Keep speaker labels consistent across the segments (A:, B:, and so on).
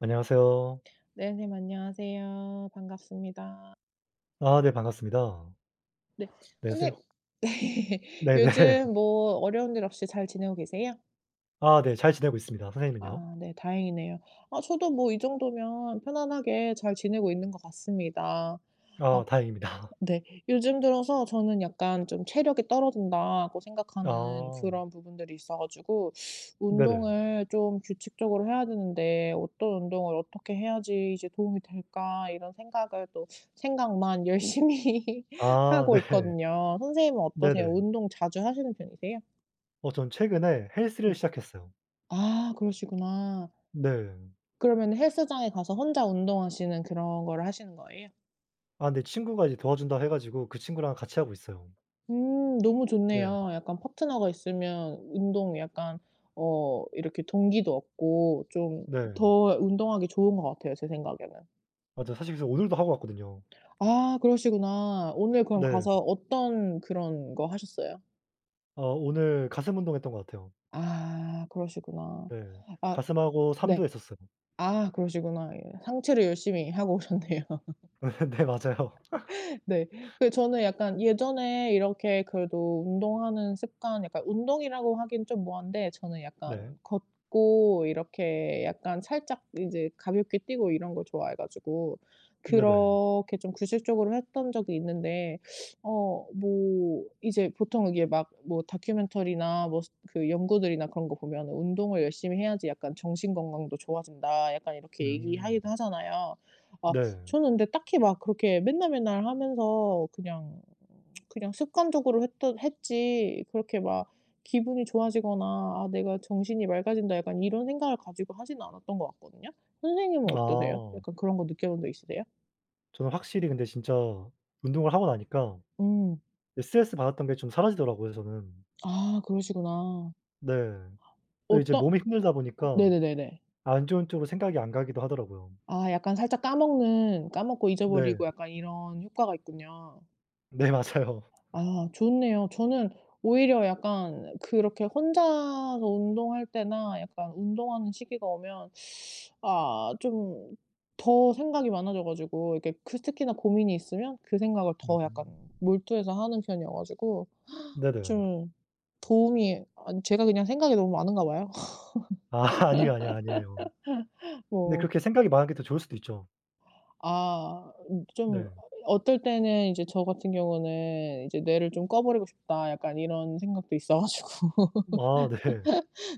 A: 안녕하세요.
B: 네님 안녕하세요. 반갑습니다.
A: 아 네, 반갑습니다.
B: 네.
A: 네, 선생님. 혹
B: 선생님 네.
A: 네네.
B: 요즘 뭐 어려운 일 없이 잘 지내고 계세요?
A: 아 네, 잘 지내고 있습니다. 선생님은요?
B: 아 네 다행이네요. 아 저도 뭐 이 정도면 편안하게 잘 지내고 있는 것 같습니다. 아
A: 아 다행입니다.
B: 네. 요즘 들어서 저는 약간 좀 '체력이 떨어진다.'고 생각하는
A: 아
B: 그런 부분들이 있어 가지고
A: 네네.
B: 운동을 좀 규칙적으로 해야 되는데 '어떤 운동을 어떻게 해야지 이제 도움이 될까?' 이런 생각을 또 생각만 열심히
A: 아
B: 하고
A: 네.
B: 있거든요. 선생님은 어떠세요?
A: 네네.
B: 운동 자주 하시는 편이세요?
A: 전 최근에
B: 음.
A: 헬스를 시작했어요.
B: 아 그러시구나.
A: 네.
B: 그러면은 헬스장에 가서 혼자 운동하시는 그런 거를 하시는 거예요?
A: 근데 친구가 이제 도와준다 해 가지고 그 친구랑 같이 하고 있어요.
B: 너무
A: 네.
B: 좋네요. 약간 파트너가 있으면 운동 약간 어 이렇게 동기도 얻고 좀
A: 네.
B: 더 운동하기 좋은 것 같아요, 제 생각에는.
A: 맞아요. 사실 그래서 오늘도 하고 왔거든요.
B: 아 그러시구나. 오늘 그럼
A: 네.
B: 가서 어떤 그런 거 하셨어요?
A: 오늘 가슴 운동했던 것 같아요.
B: 아 그러시구나.
A: 네.
B: 아
A: 가슴하고 삼두
B: 네.
A: 했었어요.
B: 아 그러시구나. 예. 상체를 열심히 하고 오셨네요.
A: 네 맞아요.
B: 네. 그 저는 약간 예전에 이렇게 그래도 운동하는 습관 약간 운동이라고 하긴 좀 뭐한데 저는 약간
A: 네.
B: 걷고 이렇게 약간 살짝 이제 가볍게 뛰고 이런 걸 좋아해 가지고
A: 네네.
B: 그렇게 좀 규칙적으로 했던 적이 있는데 어 뭐 이제 보통 이게 막 뭐 다큐멘터리나 뭐 그 연구들이나 그런 거 보면은 "운동을 열심히 해야지 약간 정신 건강도 좋아진다." 약간 이렇게
A: 음.
B: 얘기하기도 하잖아요. 아
A: 네.
B: 저는 근데 딱히 막 그렇게 맨날 맨날 하면서 그냥 그냥 습관적으로 했던 했지 그렇게 막 기분이 좋아지거나 '아 내가 정신이 맑아진다.' 약간 이런 생각을 가지고 하지는 않았던 것 같거든요. 선생님은 어떠세요?
A: 아.
B: 약간 그런 거 느껴본 적 있으세요?
A: 저는 확실히 근데 진짜 운동을 하고 나니까
B: 음.
A: 이 스트레스 받았던 게 좀 사라지더라고요 저는.
B: 아 그러시구나.
A: 네. 또 이제
B: 어떤
A: 몸이 힘들다 보니까
B: 네네네네.
A: 안 좋은 쪽으로 생각이 안 가기도 하더라고요.
B: 아 약간 살짝 까먹는 까먹고
A: 네.
B: 잊어버리고 약간 이런 효과가 있군요.
A: 네 맞아요.
B: 아 좋네요. 저는 오히려 약간 그렇게 혼자서 운동할 때나 약간 운동하는 시기가 오면 아 좀 더 생각이 많아져 가지고 이렇게 그 특히나 고민이 있으면 그 생각을
A: 음.
B: 더 약간 몰두해서 하는 편이어 가지고
A: 네네.
B: 좀 도움이 아니 제가 그냥 생각이 너무 많은가 봐요.
A: 아 아니에요, 아니에요, 아니에요. 근데
B: 뭐
A: 그렇게 생각이 많은 게 더 좋을 수도 있죠.
B: 아
A: 네.
B: 좀 어떨 때는 이제 저 같은 경우는 이제 '뇌를 좀 꺼 버리고 싶다.' 약간 이런 생각도 있어 가지고
A: 아 네.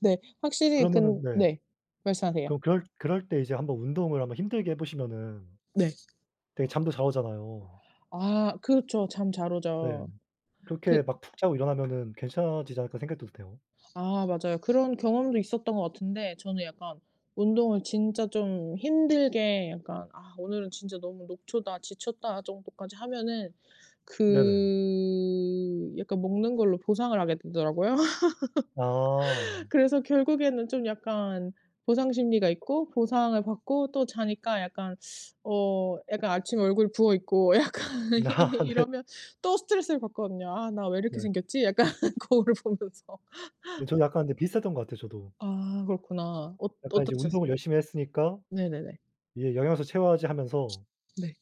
B: 네. 확실히
A: 그러면은
B: 근
A: 네.
B: 네. 말씀하세요.
A: 그럼 그럴 때 이제 한번 운동을 한번 힘들게 해 보시면은
B: 네.
A: 되게 잠도 잘 오잖아요.
B: 아 그렇죠. 잠 잘
A: 네.
B: 오죠.
A: 그렇게
B: 그
A: 막 푹 자고 일어나면은 '괜찮아지지 않을까.' 생각도 드네요.
B: 아 맞아요. 그런 경험도 있었던 것 같은데 저는 약간 운동을 진짜 좀 힘들게 약간 '아 오늘은 진짜 너무 녹초다. 지쳤다.' 정도까지 하면은
A: 네네.
B: 그 약간 먹는 걸로 보상을 하게 되더라고요.
A: 아.
B: 그래서 결국에는 좀 약간 보상 심리가 있고 보상을 받고 또 자니까 약간 어 약간 아침에 얼굴 부어 있고 약간
A: 음.
B: 이
A: 아
B: 이러면 또 스트레스를 받거든요. '아 나 왜 이렇게
A: 네네.
B: 생겼지?' 약간 거울을 보면서.
A: 근데 저도 약간 근데 비슷했던 것 같아요 저도.
B: 아 그렇구나. 어
A: 약간 이제 운동을
B: 어떠셨어요?
A: 열심히 했으니까
B: 네네네.
A: 이게 영양소 채워야지 하면서
B: 네.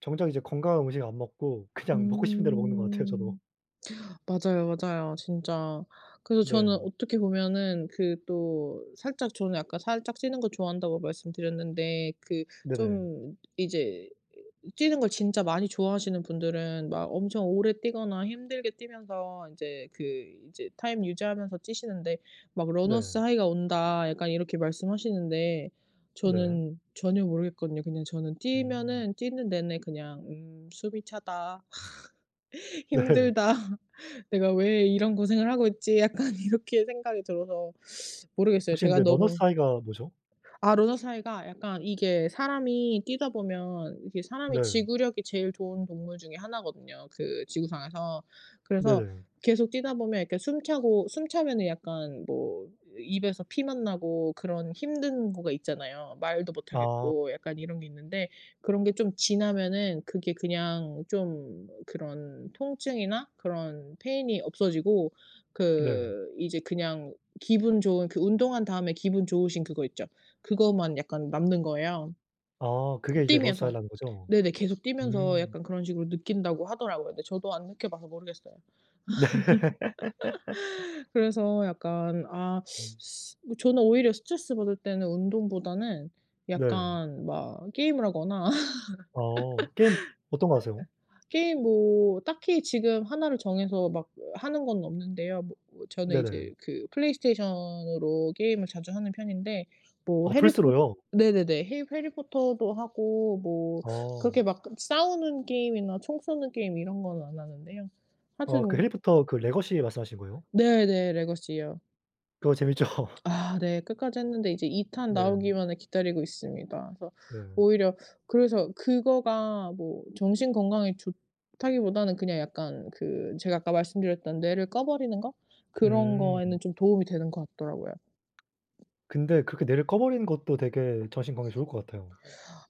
A: 정작 이제 건강한 음식 안 먹고 그냥 먹고 싶은 대로 먹는 것 같아요 저도.
B: 음. 맞아요, 맞아요. 진짜. 그래서
A: 네.
B: 저는 어떻게 보면은 그 또 살짝 저는 아까 살짝 찌는 거 좋아한다고 말씀드렸는데 그
A: 네 네.
B: 좀 이제 뛰는 걸 진짜 많이 좋아하시는 분들은 막 엄청 오래 뛰거나 힘들게 뛰면서 인제 그 이제 타임 유지하면서 뛰시는데 막
A: 네.
B: "러너스 하이가 온다." 약간 이렇게 말씀하시는데
A: 네.
B: 저는 전혀 모르겠거든요. 그냥 저는
A: 음.
B: 뛰면은 뛰는 내내 그냥 '음 숨이 차다.
A: 네.
B: 힘들다. 내가 왜 이런 고생을 하고 있지?' 약간 이렇게 생각이 들어서 모르겠어요.
A: 혹시
B: 제가
A: 근데 러너스
B: 너무
A: 하이가 뭐죠?
B: 아 러너사이가 약간 이게 사람이 뛰다 보면 이게 사람이
A: 네.
B: 지구력이 제일 좋은 동물 중에 하나거든요 그 지구상에서.
A: 네
B: 그래서
A: 네.
B: 계속 뛰다 보면 이렇게 숨 차고 숨 차면은 약간 뭐 입에서 피만 나고 그런 힘든 거가 있잖아요. 말도 못
A: 아
B: 하겠고 약간 이런 게 있는데 그런 게 좀 지나면은 그게 그냥 좀 그런 통증이나 그런 페인이 없어지고
A: 네.
B: 그 이제 그냥 기분 좋은 그 운동한 다음에 기분 좋으신 그거 있죠. 그거만 약간 남는 거예요
A: 아 그게 이제 러너스
B: 뛰면서.
A: 하이라는 거죠?
B: 네네. 계속 뛰면서
A: 음.
B: 약간 그런 식으로 느낀다고 하더라고요. 근데 저도 안 느껴 봐서 모르겠어요.
A: 네.
B: 그래서 약간 아
A: 음.
B: 저는 오히려 스트레스 받을 때는 운동보다는
A: 네.
B: 약간 막 게임을 하거나
A: 게임 어떤 거 하세요?
B: 게임 뭐 딱히 지금 하나를 정해서 막 하는 건 없는데요. 뭐 뭐 저는
A: 네네.
B: 이제 그 플레이스테이션으로 게임을 자주 하는 편인데 뭐
A: 아
B: 해리포
A: 플스로요?
B: 네네네. 해 해리포터도 하고 뭐
A: 아.
B: 그렇게 막 싸우는 게임이나 총 쏘는 게임 이런 건 안 하는데요.
A: 그
B: 하여튼
A: 해리포터 그 레거시 말씀하시는 거예요?
B: 네네. 레거시요.
A: 그거 재밌죠.
B: 아 네. 끝까지 했는데 이제 2탄
A: 네.
B: 나오기만을 기다리고 있습니다. 그래서
A: 네.
B: 오히려 그래서 그거가 뭐 정신 건강에 좋다기보다는 그냥 약간 그 제가 아까 말씀드렸던 뇌를 꺼 버리는 거? 그런
A: 음.
B: 거에는 좀 도움이 되는 것 같더라고요.
A: 근데 그렇게 뇌를 꺼 버리는 것도 되게 정신 건강에 좋을 것 같아요.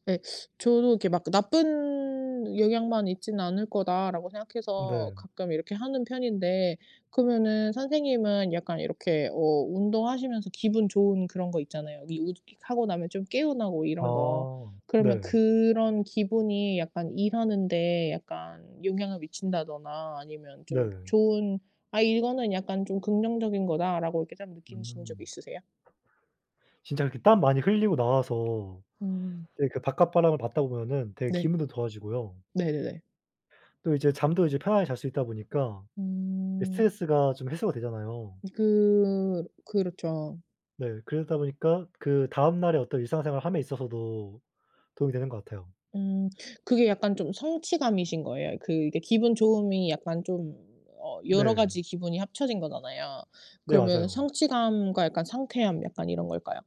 B: 예. 저도 이렇게 막 '나쁜 영향만 있지는 않을 거다.'라고 생각해서
A: 네.
B: 가끔 이렇게 하는 편인데 그러면은 선생님은 약간 이렇게 어 운동하시면서 기분 좋은 그런 거 있잖아요. 이 우즈킥 하고 나면 좀 개운하고 이런 거.
A: 아.
B: 그러면
A: 네.
B: 그런 기분이 약간 일하는 데 약간 영향을 미친다거나 아니면 좀
A: 네.
B: 좋은 '아 이거는 약간 좀 긍정적인 거다.'라고 이렇게 좀 느끼신 적이
A: 음.
B: 있으세요?
A: 진짜 그렇게 땀 많이 흘리고 나와서
B: 음.
A: 되게 그 바깥 바람을 맞다 보면은 되게
B: 네.
A: 기분도 좋아지고요.
B: 네네네.
A: 또 이제 잠도 이제 편하게 잘 수 있다 보니까 이
B: 음.
A: 스트레스가 좀 해소가 되잖아요.
B: 그렇죠.
A: 네. 그러다 보니까 그다음 날에 어떤 일상생활함에 있어서도 도움이 되는 것 같아요.
B: 음 그게 약간 좀 성취감이신 거예요. 그 이게 기분 좋음이 약간 좀 어 여러
A: 네.
B: 가지 기분이 합쳐진 거잖아요.
A: 네
B: 그러면
A: 맞아요.
B: 성취감과 약간 상쾌함 약간 이런 걸까요?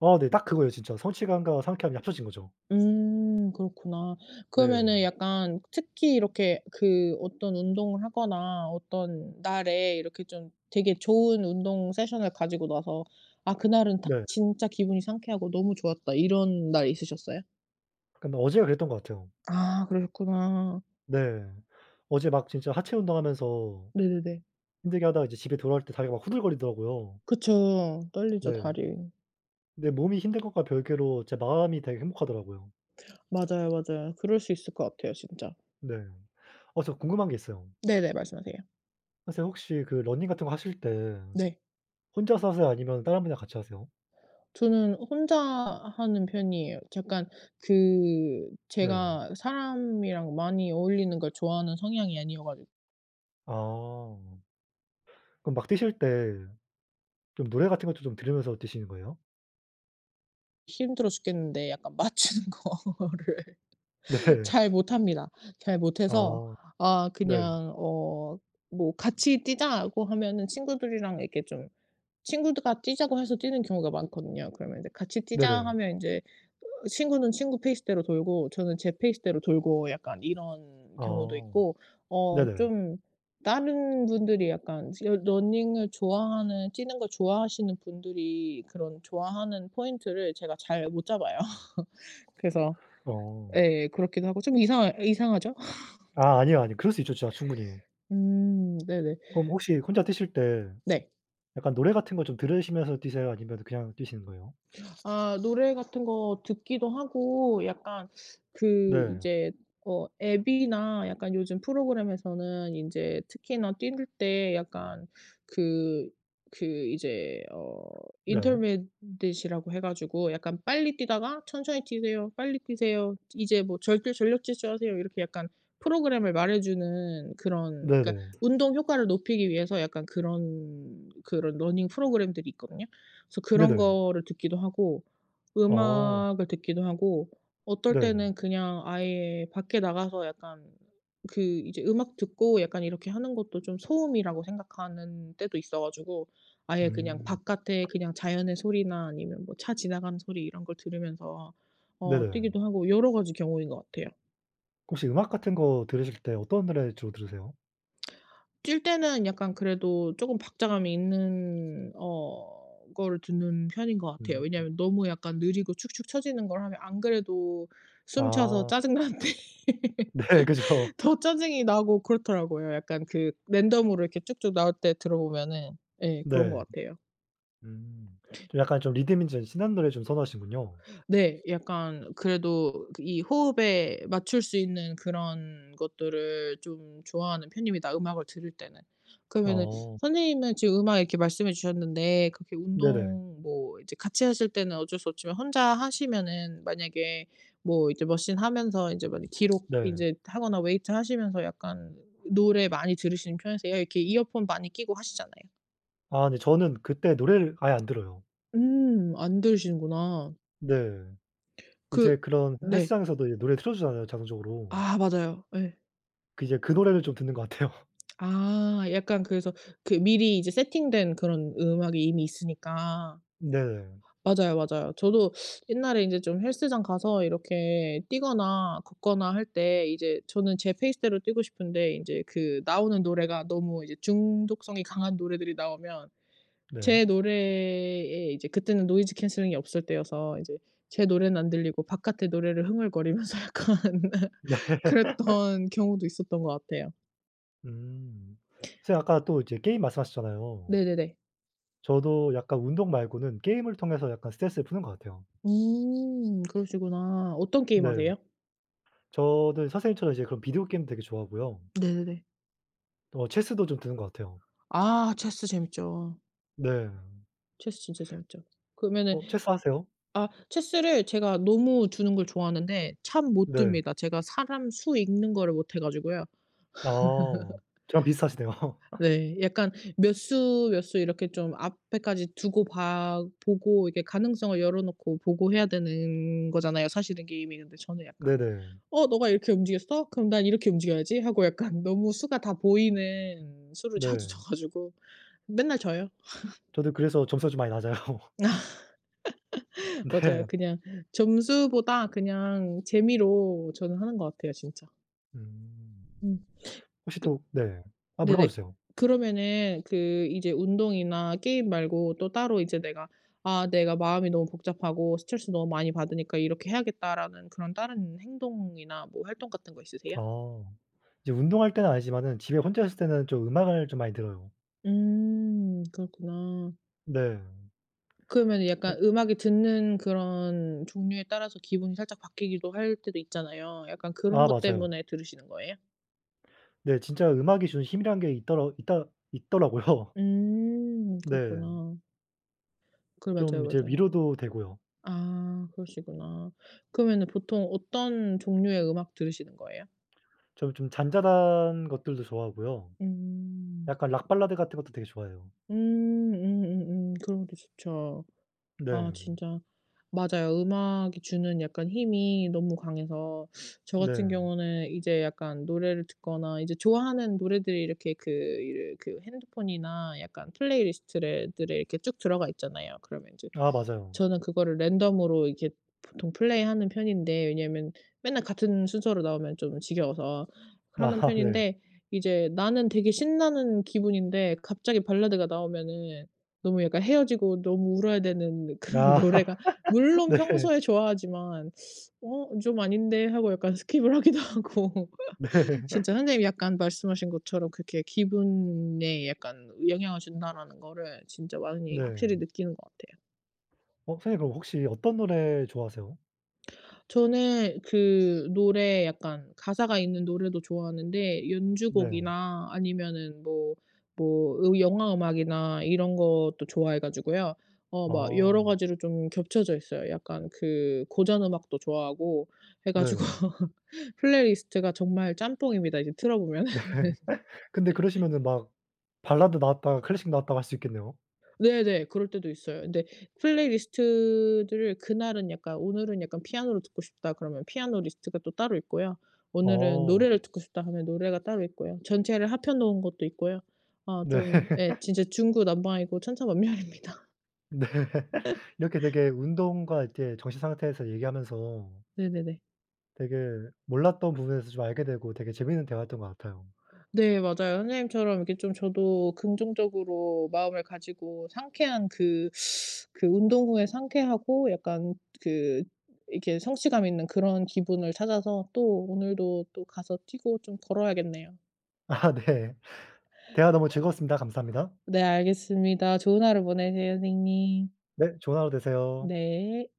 A: 아 네. 딱 그거예요 진짜. 성취감과 상쾌함이 합쳐진 거죠.
B: 그렇구나.
A: 네.
B: 그러면은 약간 특히 이렇게 그 어떤 운동을 하거나 어떤 날에 이렇게 좀 되게 좋은 운동 세션을 가지고 나서 '아 그날은 딱
A: 네.
B: 진짜 기분이 상쾌하고 너무 좋았다.' 이런 날 있으셨어요?
A: 약간 어제가 그랬던 것 같아요.
B: 아 그러셨구나.
A: 네. 어제 막 진짜 하체 운동하면서
B: 네네네.
A: 힘들게 하다가 이제 집에 돌아올 때 다리가 막 후들거리더라고요.
B: 그쵸. 떨리죠
A: 네.
B: 다리.
A: 근데 몸이 힘든 것과 별개로 제 마음이 되게 행복하더라고요.
B: 맞아요, 맞아요. 그럴 수 있을 것 같아요 진짜.
A: 네. 저 궁금한 게 있어요.
B: 네네. 말씀하세요.
A: 선생님 혹시 그 러닝 같은 거 하실 때
B: 네.
A: 혼자서 하세요? 아니면 다른 분이랑 같이 하세요?
B: 저는 혼자 하는 편이에요. 약간 그
A: 네.
B: 제가 사람이랑 많이 어울리는 걸 좋아하는 성향이 아니어 가지고
A: 아. 그럼 막 뛰실 때 좀 노래 같은 것도 좀 들으면서 뛰시는 거예요?
B: 힘들어 죽겠는데 약간 맞추는 거를
A: 네.
B: 잘 못합니다. 잘 못해서
A: 아.
B: 아
A: 네.
B: 그냥 어 뭐 "같이 뛰자."고 하면은 친구들이랑 이렇게 좀 친구가 뛰자고 해서 뛰는 경우가 많거든요. 그러면 이제 "같이 뛰자."
A: 네네.
B: 하면 인제 친구는 친구 페이스대로 돌고 저는 제 페이스대로 돌고 약간 이런 경우도
A: 아.
B: 있고 어
A: 네네.
B: 좀 다른 분들이 약간 러 러닝을 좋아하는 뛰는 걸 좋아하시는 분들이 그런 좋아하는 포인트를 제가 잘 못 잡아요. 그래서
A: 어.
B: 예 그렇기도 하고 좀 이상하죠?
A: 아 아니요, 아니요. 그럴 수 있죠 진짜 충분히.
B: 네네.
A: 그럼 혹시 혼자 뛰실 때
B: 네.
A: 약간 노래 같은 거 좀 들으시면서 뛰세요? 아니면 그냥 뛰시는 거예요?
B: 아 노래 같은 거 듣기도 하고 약간 그
A: 네.
B: 이제 어 앱이나 약간 요즘 프로그램에서는 인제 특히나 뛸 때 약간 그 그 이제 어
A: 네.
B: intermitt이라고 해 가지고 약간 "빨리 뛰다가 천천히 뛰세요. 빨리 뛰세요. 이제 뭐 절대 전력 질주하세요." 이렇게 약간 프로그램을 말해 주는 그런 그러니까
A: 네네.
B: 운동 효과를 높이기 위해서 약간 그런 그런 러닝 프로그램들이 있거든요. 그래서 그런
A: 네네.
B: 거를 듣기도 하고
A: 어.
B: 음악을 듣기도 하고 어떨 때는
A: 네.
B: 그냥 아예 밖에 나가서 약간 그 이제 음악 듣고 약간 이렇게 하는 것도 좀 소음이라고 생각하는 때도 있어 가지고 아예 그냥
A: 음.
B: 바깥에 그냥 자연의 소리나 아니면 뭐 차 지나가는 소리 이런 걸 들으면서 어
A: 네네.
B: 뛰기도 하고 여러 가지 경우인 것 같아요.
A: 혹시 음악 같은 거 들으실 때 어떤 노래 주로 들으세요?
B: 뛸 때는 약간 그래도 쪼금 박자감이 있는 어 거를 듣는 편인 것 같아요.
A: 음.
B: 왜냐하면 너무 약간 느리고 축축 처지는 걸 하면 안 그래도 숨 차서
A: 아.
B: 짜증 나는데
A: 네. 그죠.
B: 더 짜증이 나고 그렇더라고요. 약간 그 랜덤으로 이렇게 쭉쭉 나올 때 들어보면은 예 그런 것
A: 네.
B: 같아요.
A: 음. 좀 약간 좀 리듬이 좀 신나는 노래 좀 선호하시는군요.
B: 네. 약간 그래도 그 이 호흡에 맞출 수 있는 그런 것들을 좀 좋아하는 편입니다, 음악을 들을 때는. 그러면은
A: 어.
B: 선생님은 지금 음악 이렇게 말씀해 주셨는데 그렇게
A: 네네.
B: 운동 뭐 이제 같이 하실 때는 어쩔 수 없지만 혼자 하시면은 만약에 뭐 이제 머신 하면서 인제 만약 기록
A: 네.
B: 인제 하거나 웨이트 하시면서 약간 노래 많이 들으시는 편이세요? 이렇게 이어폰 많이 끼고 하시잖아요.
A: 아 네, 저는 그때 노래를 아예 안 들어요.
B: 음. 안 들으시는구나.
A: 네. 이제
B: 그
A: 그런
B: 네.
A: 헬스장에서도 이제 노래 틀어 주잖아요, 자동적으로.
B: 아 맞아요. 예.
A: 그 이제 그 노래를 좀 듣는 것 같아요.
B: 아 약간 그래서 그 미리 이제 세팅된 그런 음악이 이미 있으니까.
A: 네.
B: 맞아요, 맞아요. 저도 옛날에 인제 좀 헬스장 가서 이렇게 뛰거나 걷거나 할 때 이제 저는 제 페이스대로 뛰고 싶은데 인제 그 나오는 노래가 너무 이제 중독성이 강한 노래들이 나오면
A: 네.
B: 제 노래에 이제 그때는 노이즈 캔슬링이 없을 때여서 이제 제 노래는 안 들리고 바깥의 노래를 흥얼거리면서 약간
A: 네.
B: 그랬던 경우도 있었던 것 같아요.
A: 음. 선생님 아까 또 이제 게임 말씀하셨잖아요.
B: 네네네.
A: 저도 약간 운동 말고는 게임을 통해서 약간 스트레스를 푸는 것 같아요.
B: 그러시구나. 어떤 게임
A: 네.
B: 하세요?
A: 저도 선생님처럼 이제 그런 비디오 게임 되게 좋아하고요.
B: 네네네.
A: 체스도 좀 드는 것 같아요.
B: 아 체스 재밌죠.
A: 네.
B: 체스 진짜 재밌죠. 그러면은
A: 체스 하세요?
B: 아 체스를 제가 너무 두는 걸 좋아하는데 참 못
A: 네.
B: 둡니다. 제가 사람 수 읽는 거를 못해 가지고요.
A: 아. 저랑 비슷하시네요.
B: 네. 약간 몇 수, 몇 수 이렇게 좀 앞에까지 두고 봐 보고 이게 가능성을 열어 놓고 보고 해야 되는 거잖아요, 사실은 게임이. 근데 저는 약간
A: 네네.
B: '어 너가 이렇게 움직였어? 그럼 난 이렇게 움직여야지.' 하고 약간 너무 수가 다 보이는 수를 자주
A: 네.
B: 둬 가지고 맨날 져요.
A: 저도 그래서 점수가 좀 많이 낮아요.
B: 맞아요.
A: 네.
B: 그냥 점수보다 그냥 재미로 저는 하는 것 같아요 진짜.
A: 음.
B: 음.
A: 혹시 또 네. 아 물어봐
B: 네네.
A: 주세요.
B: 그러면은 그 이제 운동이나 게임 말고 또 따로 이제 내가 '아 내가 마음이 너무 복잡하고 스트레스 너무 많이 받으니까 이렇게 해야겠다.'라는 그런 다른 행동이나 뭐 활동 같은 거 있으세요?
A: 아. 이제 운동할 때는 아니지만은 집에 혼자 있을 때는 좀 음악을 좀 많이 들어요.
B: 음. 그렇구나.
A: 네.
B: 그러면은
A: 네.
B: 약간 음악이 듣는 그런 종류에 따라서 기분이 살짝 바뀌기도 할 때도 있잖아요. 약간 그런
A: 아
B: 것
A: 맞아요.
B: 때문에 들으시는 거예요?
A: 네 진짜 음악이 주는 힘이란 게 있더라고요. 네.
B: 그렇구나. 그
A: 좀
B: 맞아요,
A: 이제
B: 맞아요.
A: 위로도 되고요.
B: 아 그러시구나. 그러면은 보통 어떤 종류의 음악 들으시는 거예요?
A: 저는 좀 잔잔한 것들도 좋아하고요.
B: 음.
A: 약간 락 발라드 같은 것도 되게 좋아해요.
B: 음 그런 것도 좋죠. 아
A: 네.
B: 진짜 맞아요. 음악이 주는 약간 힘이 너무 강해서 저 같은
A: 네.
B: 경우는 이제 약간 노래를 듣거나 이제 좋아하는 노래들이 이렇게 그 이르 그 핸드폰이나 약간 플레이리스트 들에 이렇게 쭉 들어가 있잖아요. 그러면 이제
A: 아 맞아요.
B: 저는 그거를 랜덤으로 이렇게 보통 플레이하는 편인데 왜냐하면 맨날 같은 순서로 나오면 좀 지겨워서 하는
A: 아 네.
B: 편인데 이제 나는 되게 신나는 기분인데 갑자기 발라드가 나오면은 너무 약간 헤어지고 너무 울어야 되는 그런
A: 아
B: 노래가 물론
A: 네.
B: 평소에 좋아하지만 '어 좀 아닌데.' 하고 약간 스킵을 하기도 하고
A: 네.
B: 진짜 선생님이 약간 말씀하신 것처럼 그렇게 기분에 약간 영향을 준다라는 거를 진짜 많이 확실히
A: 네.
B: 느끼는 것 같아요.
A: 선생님 그럼 혹시 어떤 노래 좋아하세요?
B: 저는 그 노래 약간 가사가 있는 노래도 좋아하는데
A: 네.
B: 연주곡이나 아니면은 뭐 뭐 으 영화 음악이나 이런 것도 좋아해 가지고요. 어 막
A: 아
B: 여러 가지로 좀 겹쳐져 있어요. 약간 그 고전 음악도 좋아하고 해 가지고
A: 네.
B: 플레이리스트가 정말 짬뽕입니다, 이제 틀어 보면.
A: 근데 그러시면은 막 발라드 나왔다가 클래식 나왔다가 할 수 있겠네요.
B: 네네. 그럴 때도 있어요. 근데 플레이리스트들을 그날은 약간 오늘은 약간 피아노를 듣고 싶다 그러면 피아노 리스트가 또 따로 있고요. 오늘은
A: 어.
B: 노래를 듣고 싶다 하면 노래가 따로 있고요. 전체를 합해 놓은 것도 있고요. 어
A: 네.
B: 좀 예. 진짜 중구난방이고 천차만별입니다.
A: 네. 이렇게 되게 운동과 이렇게 정신 상태에서 얘기하면서
B: 네네네.
A: 되게 몰랐던 부분에서 좀 알게 되고 되게 재미있는 대화였던 것 같아요.
B: 네 맞아요. 선생님처럼 이렇게 좀 저도 긍정적으로 마음을 가지고 상쾌한 그 그 운동 후에 상쾌하고 약간 그 이렇게 성취감 있는 그런 기분을 찾아서 또 오늘도 또 가서 뛰고 좀 걸어야겠네요.
A: 아 네. 대화 너무 즐거웠습니다. 감사합니다.
B: 네 알겠습니다. 좋은 하루 보내세요 선생님.
A: 네. 좋은 하루 되세요.
B: 네.